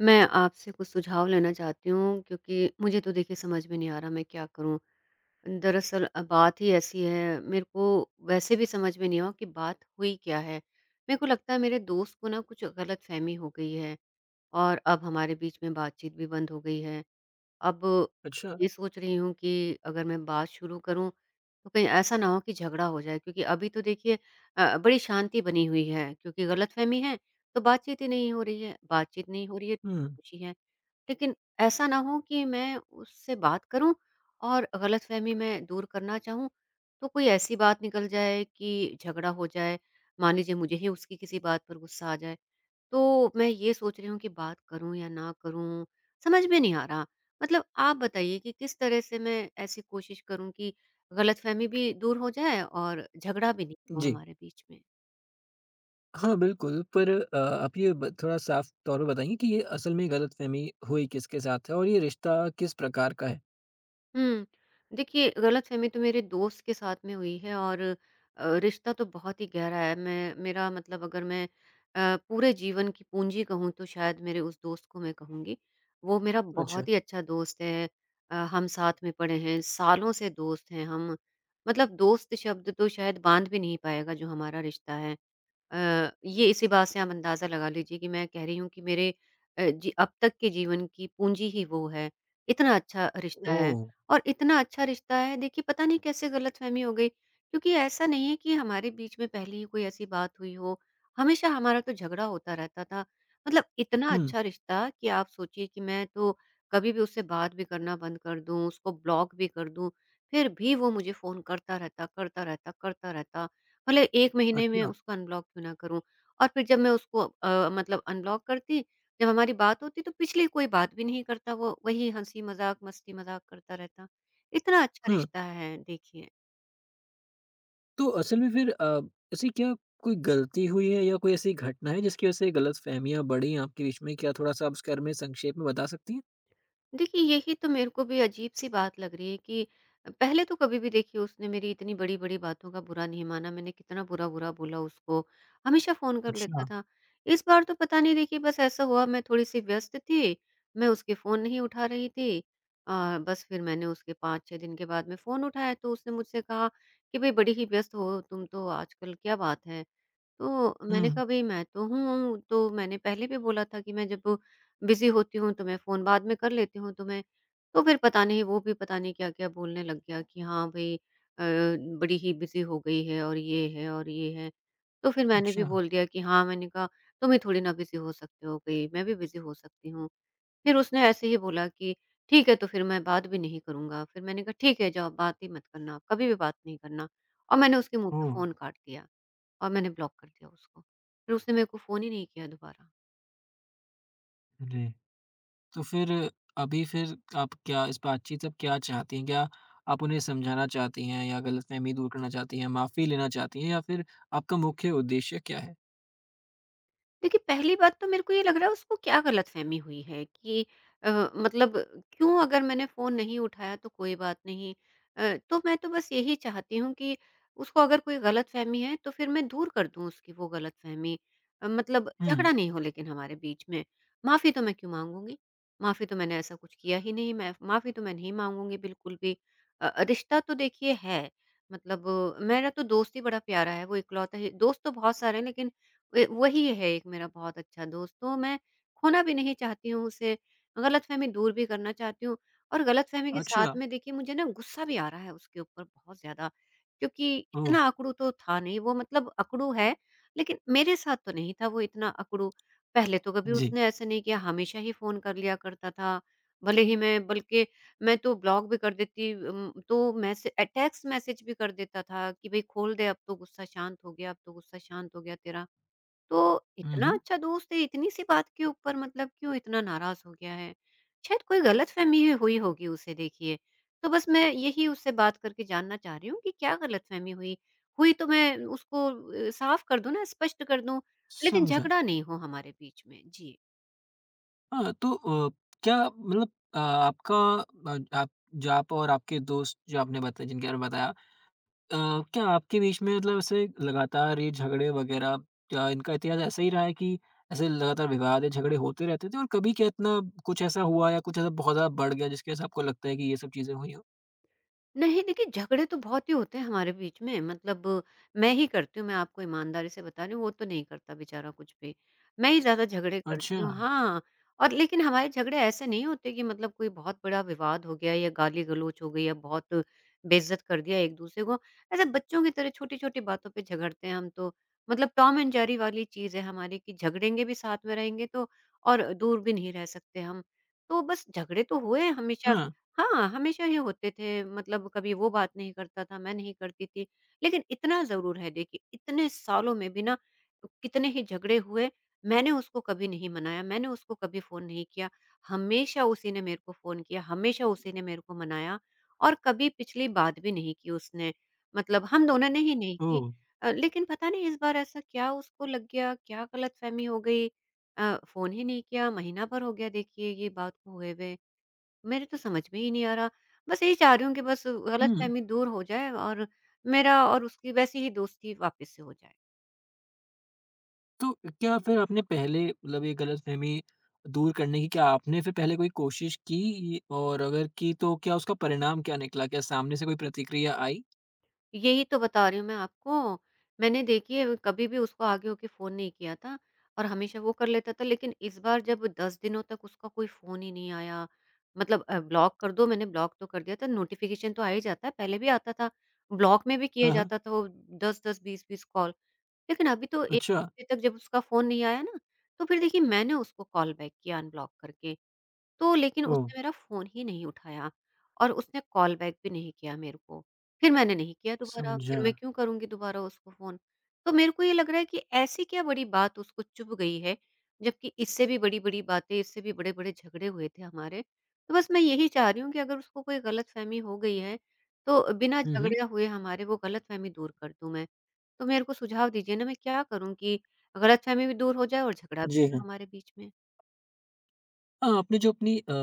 मैं आपसे कुछ सुझाव लेना चाहती हूँ क्योंकि मुझे तो देखिए समझ में नहीं आ रहा मैं क्या करूँ। दरअसल बात ही ऐसी है, मेरे को वैसे भी समझ में नहीं आ रहा कि बात हुई क्या है। मेरे को लगता है मेरे दोस्त को ना कुछ गलतफ़हमी हो गई है और अब हमारे बीच में बातचीत भी बंद हो गई है। अब अच्छा। ये सोच रही हूँ कि अगर मैं बात शुरू करूँ तो कहीं ऐसा ना हो कि झगड़ा हो जाए, क्योंकि अभी तो देखिए बड़ी शांति बनी हुई है। क्योंकि गलतफ़हमी है तो बातचीत ही नहीं हो रही है, बातचीत नहीं हो रही है तो हुँ। खुशी है। लेकिन ऐसा ना हो कि मैं उससे बात करूं और गलतफहमी मैं दूर करना चाहूं तो कोई ऐसी बात निकल जाए कि झगड़ा हो जाए। मान लीजिए मुझे ही उसकी किसी बात पर गुस्सा आ जाए, तो मैं ये सोच रही हूँ कि बात करूं या ना करूं, समझ में नहीं आ रहा। मतलब आप बताइए कि किस तरह से मैं ऐसी कोशिश करूं कि गलतफहमी भी दूर हो जाए और झगड़ा भी नहीं हो जी। हमारे बीच में। हाँ, बिल्कुल, पर आप ये ब थोड़ा साफ तौर पे बताएँगे कि ये असल में गलतफ़हमी हुई किसके साथ है और ये रिश्ता किस प्रकार का है? हुँ। देखिए, गलतफ़हमी तो मेरे दोस्त के साथ में हुई है, और रिश्ता तो बहुत ही गहरा है। मैं, मेरा मतलब, अगर मैं पूरे जीवन की पूँजी कहूँ तो शायद मेरे उस दोस्त को मैं कहूँगी। वो मेरा अच्छा। बहुत ही अच्छा दोस्त है। हम साथ में पढ़े हैं, सालों से दोस्त हैं हम। मतलब दोस्त शब्द तो शायद बाँध भी नहीं पाएगा जो हमारा रिश्ता है। ये इसी बात से आप अंदाज़ा लगा लीजिए कि मैं कह रही हूँ कि मेरे जी अब तक के जीवन की पूँजी ही वो है। इतना अच्छा रिश्ता है। ओह! और इतना अच्छा रिश्ता है, देखिए पता नहीं कैसे गलतफ़हमी हो गई, क्योंकि ऐसा नहीं है कि हमारे बीच में पहले ही कोई ऐसी बात हुई हो। हमेशा हमारा तो झगड़ा होता रहता था। मतलब इतना हुँ। अच्छा रिश्ता कि आप सोचिए कि मैं तो कभी भी उससे बात भी करना बंद कर दूँ, उसको ब्लॉक भी कर दूँ, फिर भी वो मुझे फ़ोन करता रहता, करता रहता, करता रहता। भले 1 महीने में अच्छा। उसको अनब्लॉक क्यों ना करूँ। और फिर जब मैं उसको मतलब अनब्लॉक करती, जब हमारी बात होती तो पिछली कोई बात भी नहीं करता वो, वही हँसी-मज़ाक, मस्ती-मज़ाक करता रहता। इतना अच्छा हाँ, रिश्ता है, देखिए। तो असल में फिर ऐसी क्या कोई गलती हुई है या कोई ऐसी घटना है जिसकी वजह से गलतफ़हमियाँ बढ़ी हैं आपके बीच में? क्या थोड़ा-सा आप उसके बारे में संक्षेप में बता सकती हैं? देखिए, यही तो मेरे को भी अजीब-सी बात लग रही है कि पहले तो कभी भी देखिए उसने मेरी इतनी बड़ी-बड़ी बातों का बुरा नहीं माना, मैंने कितना बुरा-बुरा बोला उसको, हमेशा फ़ोन कर लेता अच्छा। था। इस बार तो पता नहीं, देखिए बस ऐसा हुआ, मैं थोड़ी-सी व्यस्त थी, मैं उसके फ़ोन नहीं उठा रही थी। बस फिर मैंने उसके 5-6 दिन के बाद में फ़ोन उठाया तो उसने मुझसे कहा कि, "भई बड़ी ही व्यस्त हो तुम तो आजकल, क्या बात है?" तो मैंने हुँ। कहा, भई मैं तो हूँ, तो मैंने पहले भी बोला था कि मैं जब बिज़ी होती हूँ तो मैं फ़ोन बाद में कर लेती हूँ तुम्हें। तो फिर पता नहीं वो भी पता नहीं क्या-क्या बोलने लग गया कि हाँ भई बड़ी ही बिज़ी हो गई है, और ये है, और ये है। तो फिर मैंने भी अच्छा। बोल दिया कि हाँ, मैंने कहा तुम ही थोड़ी ना बिज़ी हो सकते हो कोई, मैं भी बिज़ी हो सकती हूँ। फिर उसने ऐसे ही बोला कि ठीक है तो फिर मैं बात भी नहीं करूँगा। फिर मैंने कहा ठीक है जाओ बात ही मत करना, कभी भी बात नहीं करना। और मैंने उसके मुँह पे ओह! फ़ोन काट दिया। और मैंने ब्लॉक कर दिया उसको। फिर उसने मेरे को फ़ोन ही नहीं किया दोबारा। जी। तो फिर अभी फिर आप क्या इस बातचीत से आप क्या चाहती हैं? क्या आप उन्हें समझाना चाहती हैं या गलतफ़हमी दूर करना चाहती हैं, माफ़ी लेना चाहती हैं या फिर आपका मुख्य उद्देश्य क्या है? देखिए, पहली बात तो मेरे को ये लग रहा है उसको क्या गलतफ़हमी हुई है कि अ, मतलब क्यों, अगर मैंने फ़ोन नहीं उठाया तो कोई बात नहीं। तो मैं तो बस यही चाहती हूँ कि उसको अगर कोई गलतफ़हमी है तो फिर मैं दूर कर दूँ उसकी वो गलतफ़हमी। मतलब झगड़ा हुँ। नहीं हो लेकिन हमारे बीच में। माफ़ी तो मैं क्यों माँगूँगी? माफ़ी तो मैंने ऐसा कुछ किया ही नहीं, मैं माफ़ी तो मैं नहीं माँगूँगी बिल्कुल भी। रिश्ता तो देखिए है, मतलब मेरा तो दोस्त ही बड़ा प्यारा है, वो इकलौता ही दोस्त, तो बहुत सारे हैं लेकिन वे वही है एक मेरा बहुत अच्छा दोस्त। तो मैं खोना भी नहीं चाहती हूँ उसे, गलतफ़हमी दूर भी करना चाहती हूँ, और गलतफ़हमी के साथ अच्छा। में देखिए मुझे ना गुस्सा भी आ रहा है उसके ऊपर बहुत ज़्यादा, क्योंकि ओह! इतना अकड़ू तो था नहीं वो, मतलब अकड़ू है, लेकिन मेरे साथ तो नहीं था वो इतना अकड़ू। पहले तो कभी जी। उसने ऐसा नहीं किया, हमेशा ही फ़ोन कर लिया करता था, भले ही मैं, बल्कि मैं तो ब्लॉक भी कर देती तो टेक्स्ट मैसेज भी कर देता था कि भई खोल दे, अब तो गुस्सा शांत हो गया, अब तो गुस्सा शांत हो गया तेरा। तो हुँ, इतना हुँ, अच्छा दोस्त है, इतनी सी बात के ऊपर मतलब क्यों इतना नाराज़ हो गया है? शायद कोई गलतफ़हमी हुई होगी उसे, देखिए। तो बस मैं यही उससे बात करके जानना चाह रही हूँ कि क्या गलतफ़हमी हुई? हुई तो मैं उसको साफ़ कर दूँ ना, स्पष्ट कर दूँ, लेकिन समझा। झगड़ा नहीं हो हमारे बीच में। जी। हाँ, तो अ, क्या मतलब आप जो आप और आपके दोस्त जो आपने बताया जिनके बारे में बताया, अ, क्या आपके बीच में मतलब ऐसे लगातार ये झगड़े वगैरह, क्या इनका इतिहास ऐसा ही रहा है कि ऐसे लगातार विवाद या झगड़े होते रहते थे और कभी क्या इतना कुछ ऐसा हुआ या कुछ ऐसा बहुत ज़्यादा बढ़ गया जिसकी वजह से आपको लगता है कि ये सब चीज़ें हुई हों? नहीं देखिए, झगड़े तो बहुत ही होते हैं हमारे बीच में, मतलब मैं ही करती हूँ, मैं आपको ईमानदारी से बता रही हूँ, वो तो नहीं करता बेचारा कुछ भी, मैं ही ज्यादा झगड़े करती अच्छा। हूँ, हाँ। और लेकिन हमारे झगड़े ऐसे नहीं होते कि मतलब कोई बहुत बड़ा विवाद हो गया या गाली गलौज हो गई या बहुत बेइज्जत कर दिया एक दूसरे को। ऐसे बच्चों की तरह छोटी छोटी बातों पे झगड़ते हैं हम तो, मतलब टॉम एंड जेरी वाली चीज है हमारी कि झगड़ेंगे भी, साथ में रहेंगे तो, और दूर भी नहीं रह सकते हम। तो बस झगड़े तो हुए हैं हमेशा। हाँ। हाँ, हमेशा ही होते थे, मतलब कभी वो बात नहीं करता था, मैं नहीं करती थी। लेकिन इतना ज़रूर है देखिए, इतने सालों में भी ना कितने ही झगड़े हुए, मैंने उसको कभी नहीं मनाया, मैंने उसको कभी फ़ोन नहीं किया। हमेशा उसी ने मेरे को फ़ोन किया, हमेशा उसी ने मेरे को मनाया, और कभी पिछली बात भी नहीं की उसने, मतलब हम दोनों ने ही नहीं की। ओह! लेकिन पता नहीं इस बार ऐसा क्या उसको लग गया, क्या गलतफ़हमी हो गई, फ़ोन ही नहीं किया, महीना भर हो गया देखिए ये बात को हुए हुए। मेरे तो समझ में ही नहीं आ रहा। बस यही चाह रही हूँ कि बस हुँ। गलतफ़हमी दूर हो जाए, और मेरा और उसकी वैसी ही दोस्ती वापस से हो जाए। तो क्या फिर आपने पहले मतलब ये गलतफ़हमी दूर करने की क्या आपने फिर पहले कोई कोशिश की? और अगर की तो क्या उसका परिणाम क्या निकला? क्या सामने से कोई प्रतिक्रिया आई? यही तो बता रही हूँ मैं आपको। मैंने देखिए कभी भी उसको आगे होके फ़ोन नहीं किया था, और हमेशा वो कर लेता था, लेकिन इस बार जब 10 दिनों तक उसका कोई फ़ोन ही नहीं आया, मतलब ब्लॉक कर दो, मैंने ब्लॉक तो कर दिया था, नोटिफ़िकेशन तो आ ही जाता है, पहले भी आता था। ब्लॉक में भी किया हाँ। जाता था वो 10-10 20-20 कॉल। लेकिन अभी तो 1 अच्छा। बजे तक जब उसका फ़ोन नहीं आया ना, तो फिर देखिए मैंने उसको कॉल बैक किया अनब्लॉक करके। तो लेकिन ओह! उसने मेरा फ़ोन ही नहीं उठाया, और उसने कॉल बैक भी नहीं किया मेरे को। फिर मैंने नहीं किया दोबारा, फिर समझा। मैं क्यों करूँगी दोबारा उसको फ़ोन? तो मेरे को ये लग रहा है कि ऐसी क्या बड़ी बात उसको चुभ गई है, जबकि इससे भी बड़ी-बड़ी बातें, इससे भी बड़े-बड़े झगड़े हुए थे हमारे। तो बस मैं यही चाह रही हूँ कि अगर उसको कोई गलतफ़हमी हो गई है, तो बिना हुँ। झगड़े हुए हमारे वो गलतफ़हमी दूर कर दूँ मैं। तो मेरे को सुझाव दीजिए ना मैं क्या करूँ कि गलतफ़हमी भी दूर हो जाए और झगड़ा जी। भी ना हाँ। हमारे बीच में? हाँ, आपने जो अपनी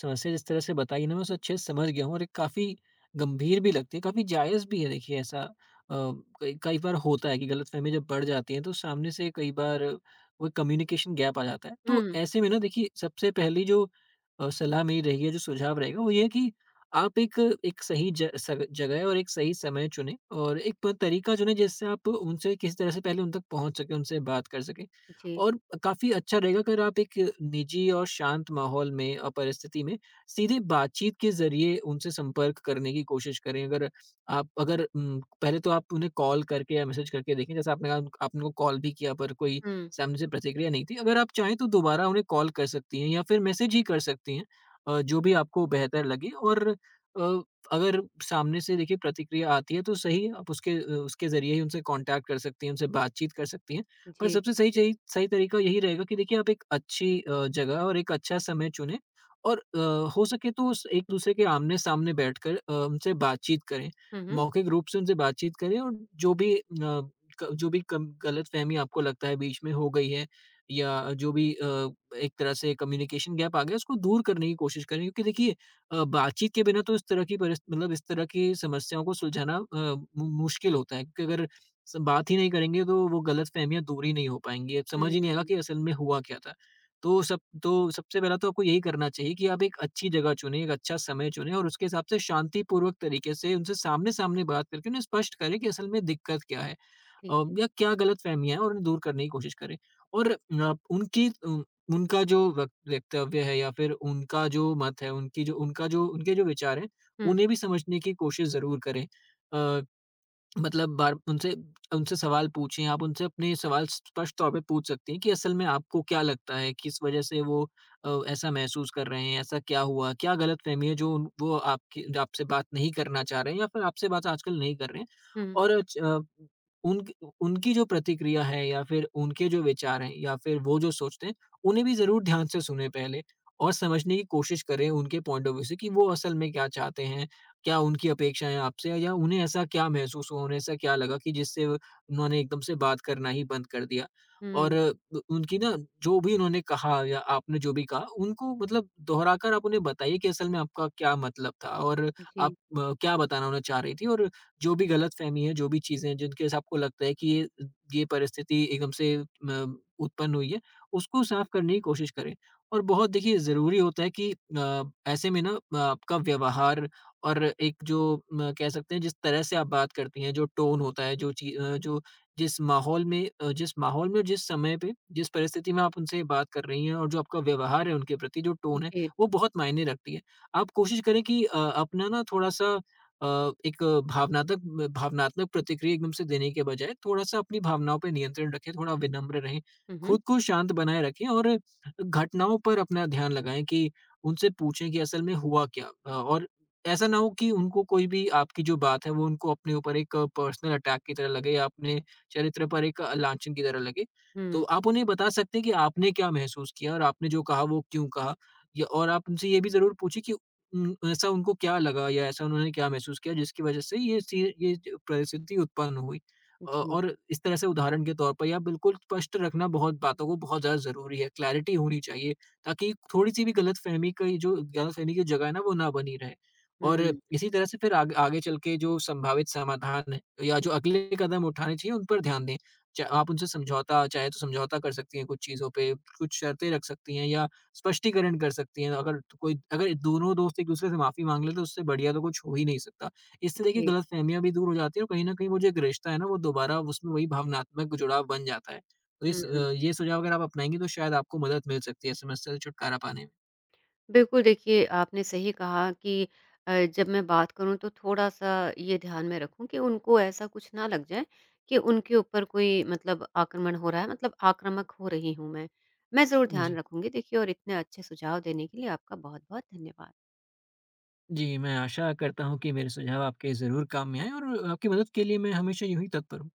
समस्या जिस तरह से बताई ना, मैं उसे अच्छे से समझ गया हूँ, और ये काफ़ी गंभीर भी लगती है, काफ़ी जायज़ भी है। देखिए, ऐसा कई कई बार होता है कि गलतफ़हमी जब बढ़ जाती है तो सामने से कई बार वो कम्युनिकेशन गैप आ जाता है। तो हुँ, ऐसे में ना देखिए, सबसे पहली जो सलाह मेरी रहेगी या जो सुझाव रहेगा वो ये है कि आप एक एक सही ज सग जगह और एक सही समय चुनें, और एक प तरीका चुनें जिससे आप उनसे किसी तरह से पहले उन तक पहुँच सकें, उनसे बात कर सकें। जी। और काफ़ी अच्छा रहेगा अगर आप एक निजी और शांत माहौल में, परिस्थिति में सीधे बातचीत के ज़रिए उनसे संपर्क करने की कोशिश करें। अगर आप अगर उम, पहले तो आप उन्हें कॉल करके या मैसेज करके देखें, जैसे आपने कहा आपने उनको कॉल भी किया पर कोई हुँ। सामने से प्रतिक्रिया नहीं थी। अगर आप चाहें तो दोबारा उन्हें कॉल कर सकती हैं या फिर मैसेज ही कर सकती हैं, जो भी आपको बेहतर लगे। और अगर सामने से देखिए प्रतिक्रिया आती है तो सही, आप उसके ज़रिए ही उनसे कॉन्टैक्ट कर सकती हैं, उनसे बातचीत कर सकती हैं। पर जी। सबसे सही चही सही तरीका यही रहेगा कि देखिए आप एक अच्छी जगह और एक अच्छा समय चुनें, और हो सके तो उस एक-दूसरे के आमने-सामने बैठकर उनसे बातचीत करें। हुँ, हुँ। मौखिक रूप से उनसे बातचीत करें, और जो भी अ, क जो भी कम गलतफ़हमी आपको लगता है बीच में हो गई है, या जो भी एक तरह से कम्युनिकेशन गैप आ गया है, उसको दूर करने की कोशिश करें। क्योंकि देखिए बातचीत के बिना तो इस तरह की परिस मतलब इस तरह की समस्याओं को सुलझाना अ, मु मुश्किल होता है। क्योंकि अगर स बात ही नहीं करेंगे तो वो गलतफ़हमियाँ दूर ही नहीं हो पाएँगी। अब समझ ही नहीं आएगा हुँ, कि असल में हुआ क्या था। तो सब तो सबसे पहला तो आपको यही करना चाहिए कि आप एक अच्छी जगह चुनें, एक अच्छा समय चुनें, और उसके हिसाब से शांतिपूर्वक तरीके से उनसे सामने-सामने बात करके उन्हें स्पष्ट करें कि असल में दिक्कत क्या है, ठीक है। या क्या गलतफ़हमियाँ हैं, और उन्हें दूर करने की कोशिश करें। और उनकी उनका जो वक वक्तव्य है या फिर उनका जो मत है, उनकी जो उनका जो उनके जो विचार हैं, हुँ, उन्हें भी समझने की कोशिश ज़रूर करें। अ मतलब बार उनसे उनसे सवाल पूछें। आप उनसे अपने सवाल स्पष्ट तौर पे पूछ सकती हैं कि असल में आपको क्या लगता है, किस वजह से वो ऐसा महसूस कर रहे हैं, ऐसा क्या हुआ? क्या गलतफ़हमी है जो उन वो आपकी जो आपसे बात नहीं करना चाह रहे हैं या फिर आपसे बात आजकल नहीं कर रहे हैं? हुँ, और अ, च अ, उनक उनकी जो प्रतिक्रिया है या फिर उनके जो विचार हैं या फिर वो जो सोचते हैं, उन्हें भी ज़रूर ध्यान से सुनें पहले, और समझने की कोशिश करें उनके पॉइंट ऑफ व्यू से कि वो असल में क्या चाहते हैं, क्या उनकी अपेक्षाएँ हैं आपसे, या उन्हें ऐसा क्या महसूस हुआ, उन्हें ऐसा क्या लगा कि जिससे वो- उन्होंने एकदम से बात करना ही बंद कर दिया? और हुँ। अ, उ उनकी ना, जो भी उन्होंने कहा या आपने जो भी कहा उनको, मतलब दोहराकर आप उन्हें बताइए कि असल में आपका क्या मतलब था, और जी, आप क्या बताना उन्हें चाह रही थी, और जो भी गलतफ़हमी है, जो भी चीज़ें हैं जिनके से आपको लगता है कि ये परिस्थिति एकदम से म उत्पन्न हुई है, उसको साफ़ करने की कोशिश करें। और बहुत देखिए ज़रूरी होता है कि ऐसे में ना आपका व्यवहार, और एक जो म कह सकते हैं जिस तरह से आप बात करती हैं, जो टोन होता है, जो ची अ, जो जिस माहौल में और जिस समय पे, जिस परिस्थिति में आप उनसे बात कर रही हैं, और जो आपका व्यवहार है उनके प्रति, जो टोन है, जी। वो बहुत मायने रखती है। आप कोशिश करें कि अपना ना थोड़ा-सा अ, एक भावनात्मक भावनात्मक प्रतिक्रिया एकदम से देने के बजाय थोड़ा-सा अपनी भावनाओं पे नियंत्रण रखें, थोड़ा विनम्र रहें, हुँ, हुँ। खुद को शांत बनाए रखें, और घटनाओं पर अपना ध्यान लगाएँ कि उनसे पूछें कि असल में हुआ क्या? और ऐसा ना हो कि उनको कोई भी आपकी जो बात है वो उनको अपने ऊपर एक पर्सनल अटैक की तरह लगे या अपने चरित्र पर एक लांछन की तरह लगे। हुँ, तो आप उन्हें बता सकते हैं कि आपने क्या महसूस किया और आपने जो कहा वो क्यों कहा? या और आप उनसे ये भी ज़रूर पूछिए कि ऐसा उनको क्या लगा या ऐसा उन्होंने क्या महसूस किया जिसकी वज़ह से ये जो परिस्थिति उत्पन्न हुई? जी। और इस तरह से उदाहरण के तौर पर या बिल्कुल स्पष्ट रखना बहुत बातों को बहुत ज़्यादा ज़रूरी है, क्लैरिटी होनी चाहिए ताकि थोड़ी-सी भी गलतफ़हमी का, ये जो गलतफ़हमी की जगह है ना, वो ना बनी रहे। और हुँ, इसी तरह से फिर आग आगे चल के जो संभावित समाधान है या जो अगले कदम उठाने चाहिए उन पर ध्यान दें। च आप उनसे समझौता चाहे तो समझौता कर सकती हैं कुछ चीज़ों पे, कुछ शर्तें रख सकती हैं या स्पष्टीकरण कर सकती हैं। अगर तो कोई अगर दोनों दोस्त एक-दूसरे से माफ़ी माँग लें तो उससे बढ़िया तो कुछ हो ही नहीं सकता। इससे देखिए जी। गलतफ़हमियाँ भी दूर हो जाती हैं, और कहीं न कहीं वो जो एक रिश्ता है ना, वो दोबारा उसमें वही भावनात्मक जुड़ाव बन जाता है। तो हुँ। ये सुझाव अगर आप अपनाएँगी तो शायद आपको मदद मिल सकती है इस समस्या से छुटकारा पाने बिल्कुल, देखिए आपने सही कहा कि जब मैं बात करूँ तो थोड़ा-सा ये ध्यान में रखूँ कि उनको ऐसा कुछ ना लग जाए कि उनके ऊपर कोई, मतलब आक्रमण हो रहा है, मतलब आक्रामक हो रही हूँ मैं। मैं ज़रूर में। ध्यान जी। रखूँगी देखिए, और इतने अच्छे सुझाव देने के लिए आपका बहुत-बहुत धन्यवाद। जी, मैं आशा करता हूँ कि मेरे सुझाव आपके ज़रूर काम में आएँ, और आपकी मदद के लिए मैं हमेशा यूँ ही तत्पर हूँ।